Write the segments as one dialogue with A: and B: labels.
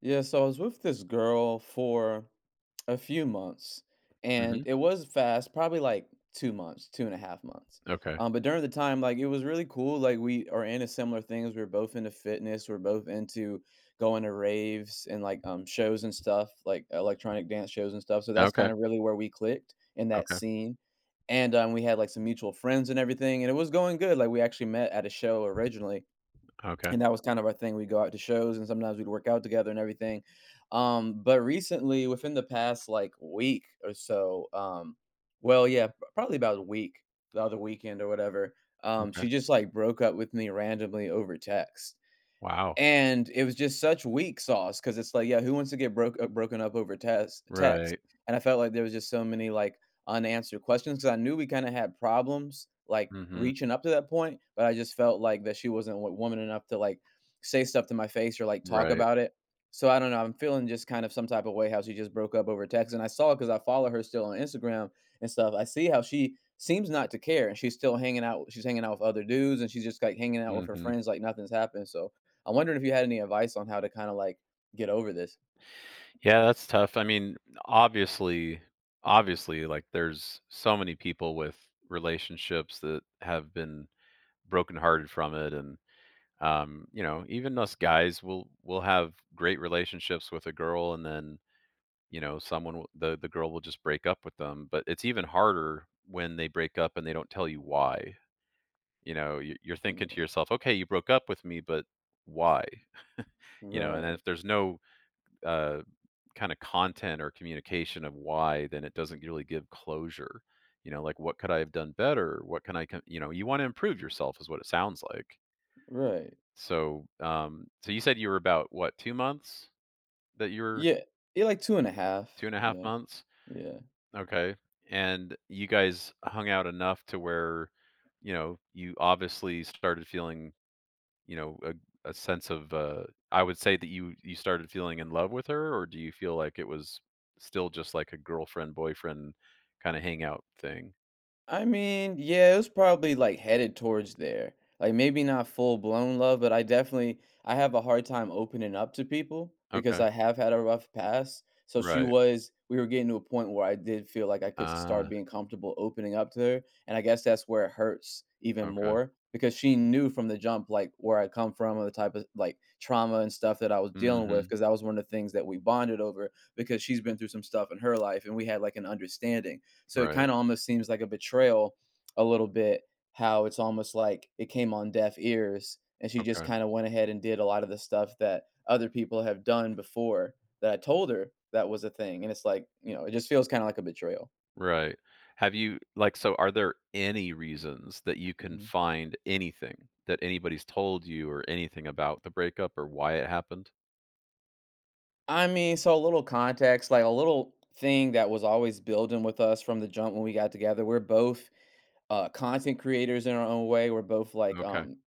A: Yeah, so I was with this girl for a few months, and
B: Mhm.
A: it was fast, probably like 2 months, 2.5 months.
B: Okay.
A: But during the time, like it was really cool. Like we are into similar things. We're both into fitness. We're both into going to raves and like shows and stuff, like electronic dance shows and stuff. So that's kind
B: Okay.
A: of really where we clicked in that
B: Okay.
A: scene. And we had like some mutual friends and everything, and it was going good. Like we actually met at a show originally
B: Okay.
A: and that was kind of our thing, we go out to shows and sometimes we'd work out together and everything. But recently, within the past, like, week or so, well, yeah, p probably about a week, the other weekend or whatever, she
B: Okay.
A: just, like, broke up with me randomly over text.
B: Wow.
A: And it was just such weak sauce, cause it's like, yeah, who wants to get broken up over test text?
B: Right.
A: And I felt like there was just so many, like, unanswered questions, cause I knew we kinda had problems, like,
B: Mhm.
A: reaching up to that point, but I just felt like that she wasn't wo woman enough to, like, say stuff to my face or, like, talk
B: Right.
A: about it. So I don't know, I'm feeling just kind of some type of way how she just broke up over text, and I saw, cause I follow her still on Instagram and stuff. I see how she seems not to care, and she's still hanging out with other dudes, and she's just, like, hanging out with her
B: Mhm.
A: friends like nothing's happened, so I'm wondering if you had any advice on how to kinda, like, get over this.
B: Yeah, that's tough. I mean, obviously obviously, like, there's so many people with relationships that have been brokenhearted from it, and, you know, even us guys will have great relationships with a girl, and then, you know, someone will the girl will just break up with them, but it's even harder when they break up and they don't tell you why. You know, you're thinking
A: Yeah.
B: to yourself, okay, you broke up with me, but why? You know, and
A: Right,
B: if there's no uh, kind of content or communication of why, then it doesn't really give closure. You know, like what could I have done better? What can I, you know, you want to improve yourself is what it sounds like.
A: right.
B: So, so you said you were about what, 2 months that you were
A: Yeah. Yeah, like 2 and a half.
B: two and a half months?
A: Yeah, yeah.
B: Okay. And you guys hung out enough to where, you know, you obviously started feeling you know, a sense of, I would say that you started feeling in love with her, or do you feel like it was still just like a girlfriend, boyfriend kinda hangout thing?
A: I mean, yeah, it was probably like headed towards there. Like maybe not full blown love, but I have a hard time opening up to people because
B: Okay.
A: I have had a rough past. So she
B: Right.
A: was we were getting to a point where I did feel like I could start
B: Ah,
A: being comfortable opening up to her, and I guess that's where it hurts even
B: okay.
A: more because she knew from the jump like where I come from and the type of like trauma and stuff that I was dealing with,
B: Mhm.
A: because that was one of the things that we bonded over, because she's been through some stuff in her life and we had like an understanding, so it
B: Right.
A: kind of almost seems like a betrayal a little bit, how it's almost like it came on deaf ears and she just
B: Okay.
A: kind of went ahead and did a lot of the stuff that other people have done before that I told her that was a thing, and it's like, it just feels kind of like a betrayal.
B: Right. Have you like, so are there any reasons that you can
A: Mhm.
B: find anything that anybody's told you or anything about the breakup or why it happened?
A: I mean, so a little context, like a little thing that was always building with us from the jump when we got together. We're both content creators in our own way. We're both like,
B: Okay.
A: um,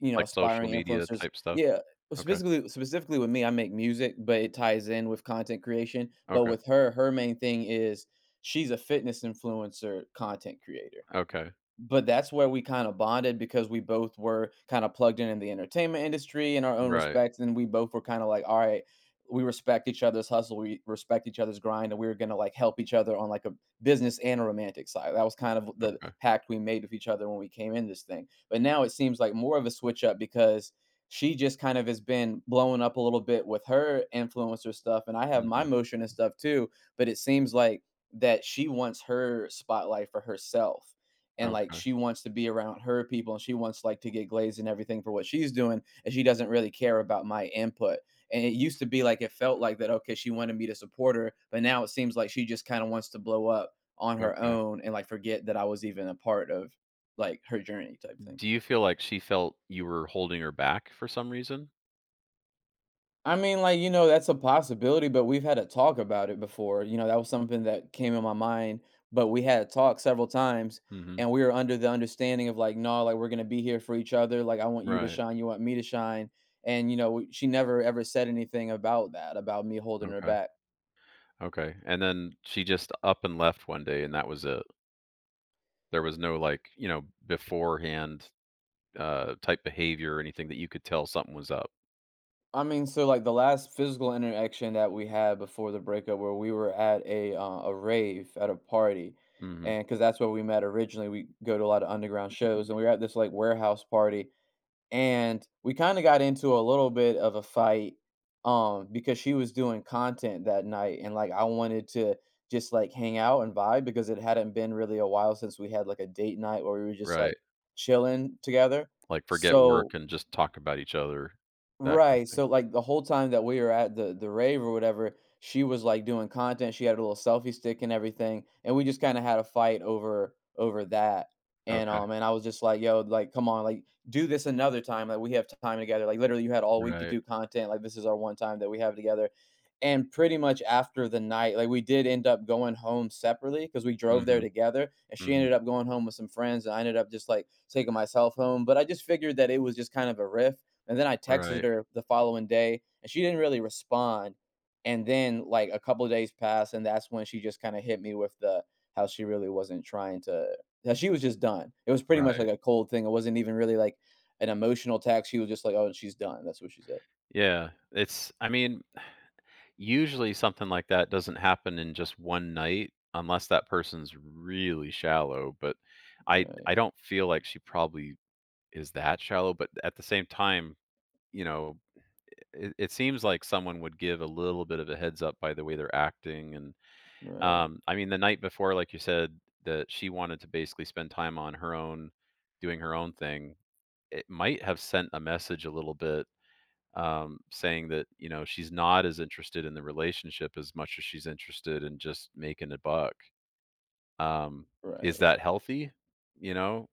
A: you know,
B: Like social
A: aspiring
B: media
A: influencers.
B: type stuff?
A: Yeah,
B: Okay.
A: specifically with me, I make music, but it ties in with content creation. But
B: Okay.
A: with her, her main thing is she's a fitness influencer, content creator.
B: Okay.
A: But that's where we kinda bonded because we both were kinda plugged in the entertainment industry in our own
B: Right.
A: respects, and we both were kinda like, "Alright, we respect each other's hustle, we respect each other's grind, and we were gonna, like, help each other on, like, a business and a romantic side." That was kind of the
B: Okay.
A: pact we made with each other when we came in this thing. But now it seems like more of a switch up, because she just kind of has been blowing up a little bit with her influencer stuff, and I have my
B: Mhm.
A: motion and stuff too, but it seems like that she wants her spotlight for herself, and like
B: Okay,
A: she wants to be around her people, and she wants like to get glazed and everything for what she's doing, and she doesn't really care about my input. And it used to be like it felt like that, okay, she wanted me to support her, but now it seems like she just kind of wants to blow up on her
B: okay.
A: own and like forget that I was even a part of like her journey type thing.
B: Do you feel like she felt you were holding her back for some reason?
A: I mean, like, that's a possibility, but we've had a talk about it before. That was something that came in my mind, but we had a talk several times
B: Mhm.
A: and we were under the understanding of like, no, like we're gonna be here for each other. Like I want you to
B: Right,
A: shine, you want me to shine. And she never ever said anything about that, about me holding her
B: okay,
A: back.
B: okay, and then she just up and left one day, and that was it? There was no, like, you know, beforehand, type behavior or anything that you could tell something was up?
A: I mean, so like the last physical interaction that we had before the breakup, where we were at a rave at a party,
B: Mhm,
A: and because that's where we met originally, we go to a lot of underground shows, and we were at this like warehouse party, and we kind of got into a little bit of a fight because she was doing content that night, and like I wanted to just like hang out and vibe because it hadn't been really a while since we had like a date night where we were just
B: right.
A: like chilling together.
B: Like, forget work
A: So.
B: and just talk about each other, that kind
A: Right,
B: of thing.
A: so, like, the whole time that we were at the rave or whatever, she was, like, doing content, she had a little selfie stick and everything, and we just kinda had a fight over that, and,
B: Okay,
A: um, and I was just like, "Yo, like, come on, like, do this another time, like, we have time together, like, literally, you had all week to
B: right.
A: do content, like, this is our one time that we have together," and pretty much after the night, like, we did end up going home separately because we drove there
B: Mhm,
A: together, and she
B: mhm.
A: ended up going home with some friends, and I ended up just, like, taking myself home, but I just figured that it was just kind of a riff, and then I texted
B: Right,
A: her the following day, and she didn't really respond. And then like a couple of days passed, and that's when she just kind of hit me with the how she really wasn't trying to. How she was just done. It was pretty much
B: right.
A: like a cold thing. It wasn't even really like an emotional text. She was just like, "Oh, she's done." That's what she said.
B: Yeah, it's I mean, usually something like that doesn't happen in just one night unless that person's really shallow, but I
A: Right,
B: I don't feel like she probably is that shallow, but at the same time, you know, it seems like someone would give a little bit of a heads up by the way they're acting and
A: right,
B: I mean the night before like you said that she wanted to basically spend time on her own doing her own thing, it might have sent a message a little bit, saying that you know she's not as interested in the relationship as much as she's interested in just making a buck. Um, is
A: right.
B: that healthy? You know,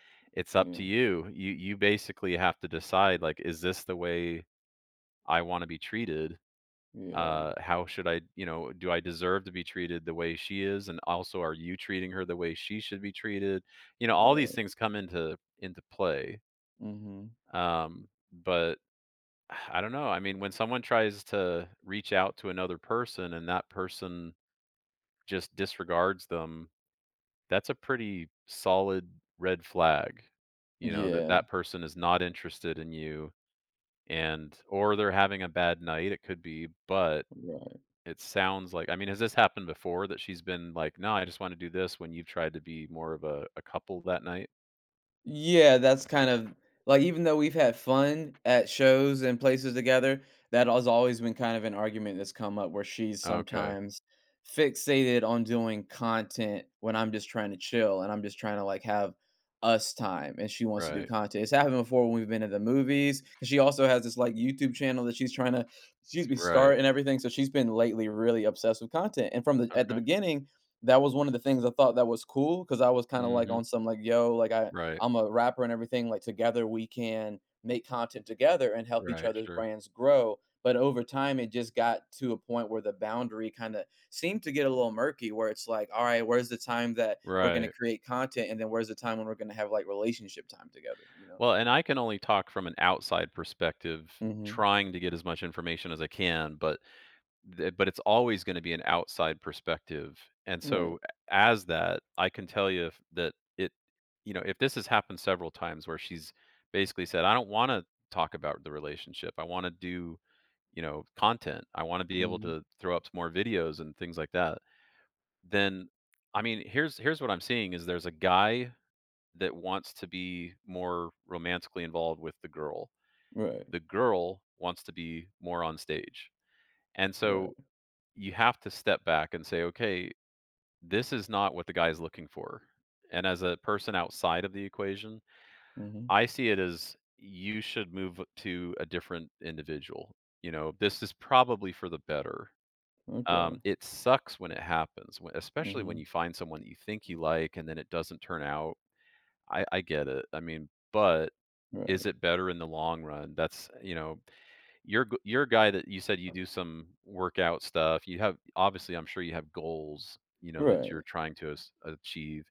B: it's up to
A: Yeah,
B: you. You basically have to decide like, is this the way I want to be treated?
A: yeah,
B: How should I, you know, do I deserve to be treated the way she is? And also, are you treating her the way she should be treated? You know, all these
A: right.
B: things come into play.
A: Mm-hmm.
B: But I don't know. I mean, when someone tries to reach out to another person and that person just disregards them, that's a pretty solid red flag. You know, that
A: Yeah,
B: that person is not interested in you and or they're having a bad night, it could be, but
A: right.
B: it sounds like I mean, has this happened before that she's been like, "No, I just want to do this" when you've tried to be more of a couple that night?
A: Yeah, that's kind of like, even though we've had fun at shows and places together, that has always been kind of an argument that's come up, where she's
B: Okay.
A: sometimes fixated on doing content when I'm just trying to chill and I'm just trying to like have us time and she wants to do
B: Right.
A: content. It's happened before when we've been at the movies. 'Cause she also has this like YouTube channel that she's trying to, excuse me,
B: Right.
A: start and everything. So she's been lately really obsessed with content. And from the at the
B: Okay.
A: beginning, that was one of the things I thought that was cool, because I was kind of like
B: Mhm.
A: on some like, yo, like I
B: Right.
A: I'm a rapper and everything. Like together, we can make content together and help each
B: Right.
A: other's
B: Sure.
A: brands grow. But over time, it just got to a point where the boundary kind of seemed to get a little murky, where it's like, all right, where's the time that we're going to
B: Right.
A: create content, and then where's the time when we're going to have like relationship time together, you know?
B: Well, and I can only talk from an outside perspective,
A: Mm-hmm.
B: trying to get as much information as I can, but but it's always going to be an outside perspective. And
A: Right.
B: so as that, I can tell you if, that it, you know, if this has happened several times where she's basically said, I don't want to talk about the relationship. I want to do, you know, content. I want to be able
A: Mm-hmm.
B: to throw up some more videos and things like that. Then I mean, here's what I'm seeing is there's a guy that wants to be more romantically involved with the girl.
A: Right.
B: The girl wants to be more on stage. And so
A: Right.
B: you have to step back and say, okay, this is not what the guy's looking for. And as a person outside of the equation,
A: Mm-hmm.
B: I see it as you should move to a different individual. You know, this is probably for the better.
A: Okay.
B: It sucks when it happens, when, especially
A: Mm-hmm.
B: when you find someone that you think you like and then it doesn't turn out. I get it. I mean, but is
A: Right.
B: it better in the long run? That's, you know, you're a guy that you said you do some workout stuff. You have obviously, I'm sure you have goals, you know, that
A: Right.
B: you're trying to as achieve,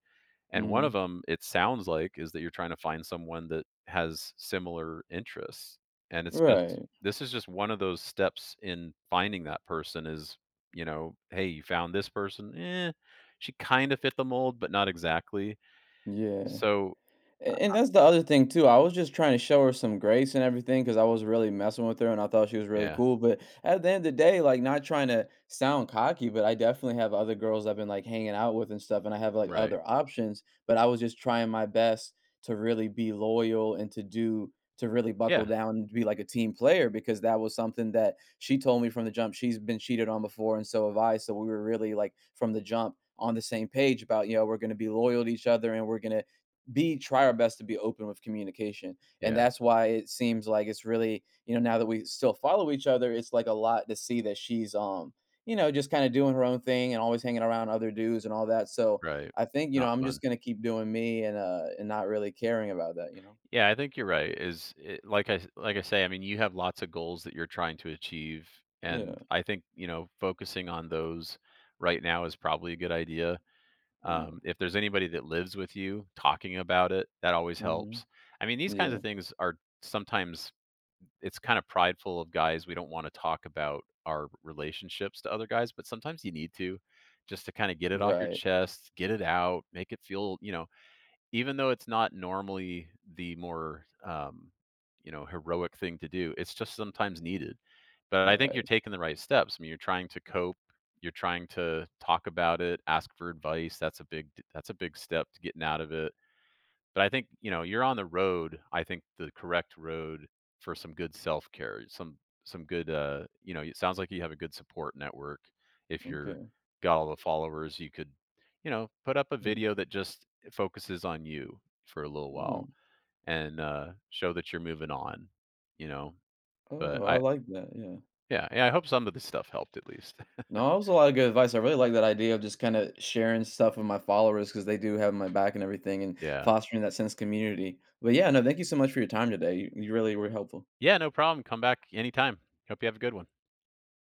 B: and one
A: Mm-hmm.
B: of them, it sounds like, is that you're trying to find someone that has similar interests, and it's just
A: Right.
B: this is just one of those steps in finding that person is, you know, "Hey, you found this person? Eh, she kinda fit the mold, but not exactly."
A: Yeah.
B: So
A: And that's the other thing too. I was just trying to show her some grace and everything because I was really messing with her and I thought she was really
B: yeah,
A: cool. But at the end of the day, like not trying to sound cocky, but I definitely have other girls I've been like hanging out with and stuff, and I have like
B: right.
A: other options. But I was just trying my best to really be loyal, and to really buckle
B: Yeah,
A: down and be like a team player, because that was something that she told me from the jump. She's been cheated on before, and so have I. So we were really like from the jump on the same page about, we're going to be loyal to each other, and we're going to be try our best to be open with communication. And
B: yeah.
A: that's why it seems like it's really, now that we still follow each other, it's like a lot to see that she's just kind of doing her own thing and always hanging around other dudes and all that. So
B: Right.
A: I think,
B: Not
A: I'm just
B: fun.
A: going to keep doing me, and not really caring about that.
B: Yeah, I think you're right, is it like I s like I say, I mean, you have lots of goals that you're trying to achieve,
A: Yeah,
B: and I think, you know, focusing on those right now is probably a good idea.
A: yeah.
B: If there's anybody that lives with you, talking about it, that always
A: Hmm.
B: helps. I mean, these kinds
A: Yeah,
B: of things are sometimes it's kinda prideful of guys, we don't wanna talk about our relationships to other guys, but sometimes you need to just to kinda get it off your
A: right,
B: chest, get it out, make it feel, you know. Even though it's not normally the more, you know, heroic thing to do, it's just sometimes needed. But I think you're
A: right,
B: taking the right steps. I mean, you're trying to cope, you're trying to talk about it, ask for advice. That's a big step to getting out of it. But I think, you know, you're on the road, I think the correct road for some good self-care, some good, you know, it sounds like you have a good support network. If you're
A: okay,
B: got all the followers, you could, you know, put up a
A: yeah.
B: video that just focuses on you for a little while
A: Mm.
B: and, show that you're moving on, you know?
A: Oh,
B: But
A: I
B: I
A: like that. Yeah.
B: yeah, yeah, I hope some of this stuff helped at least.
A: No, that was a lot of good advice. I really like that idea of just kind of sharing stuff with my followers because they do have my back and everything and
B: Yeah.
A: fostering that sense of community. But yeah, no, thank you so much for your time today. You really were helpful.
B: Yeah, no problem. Come back anytime. Hope you have a good one.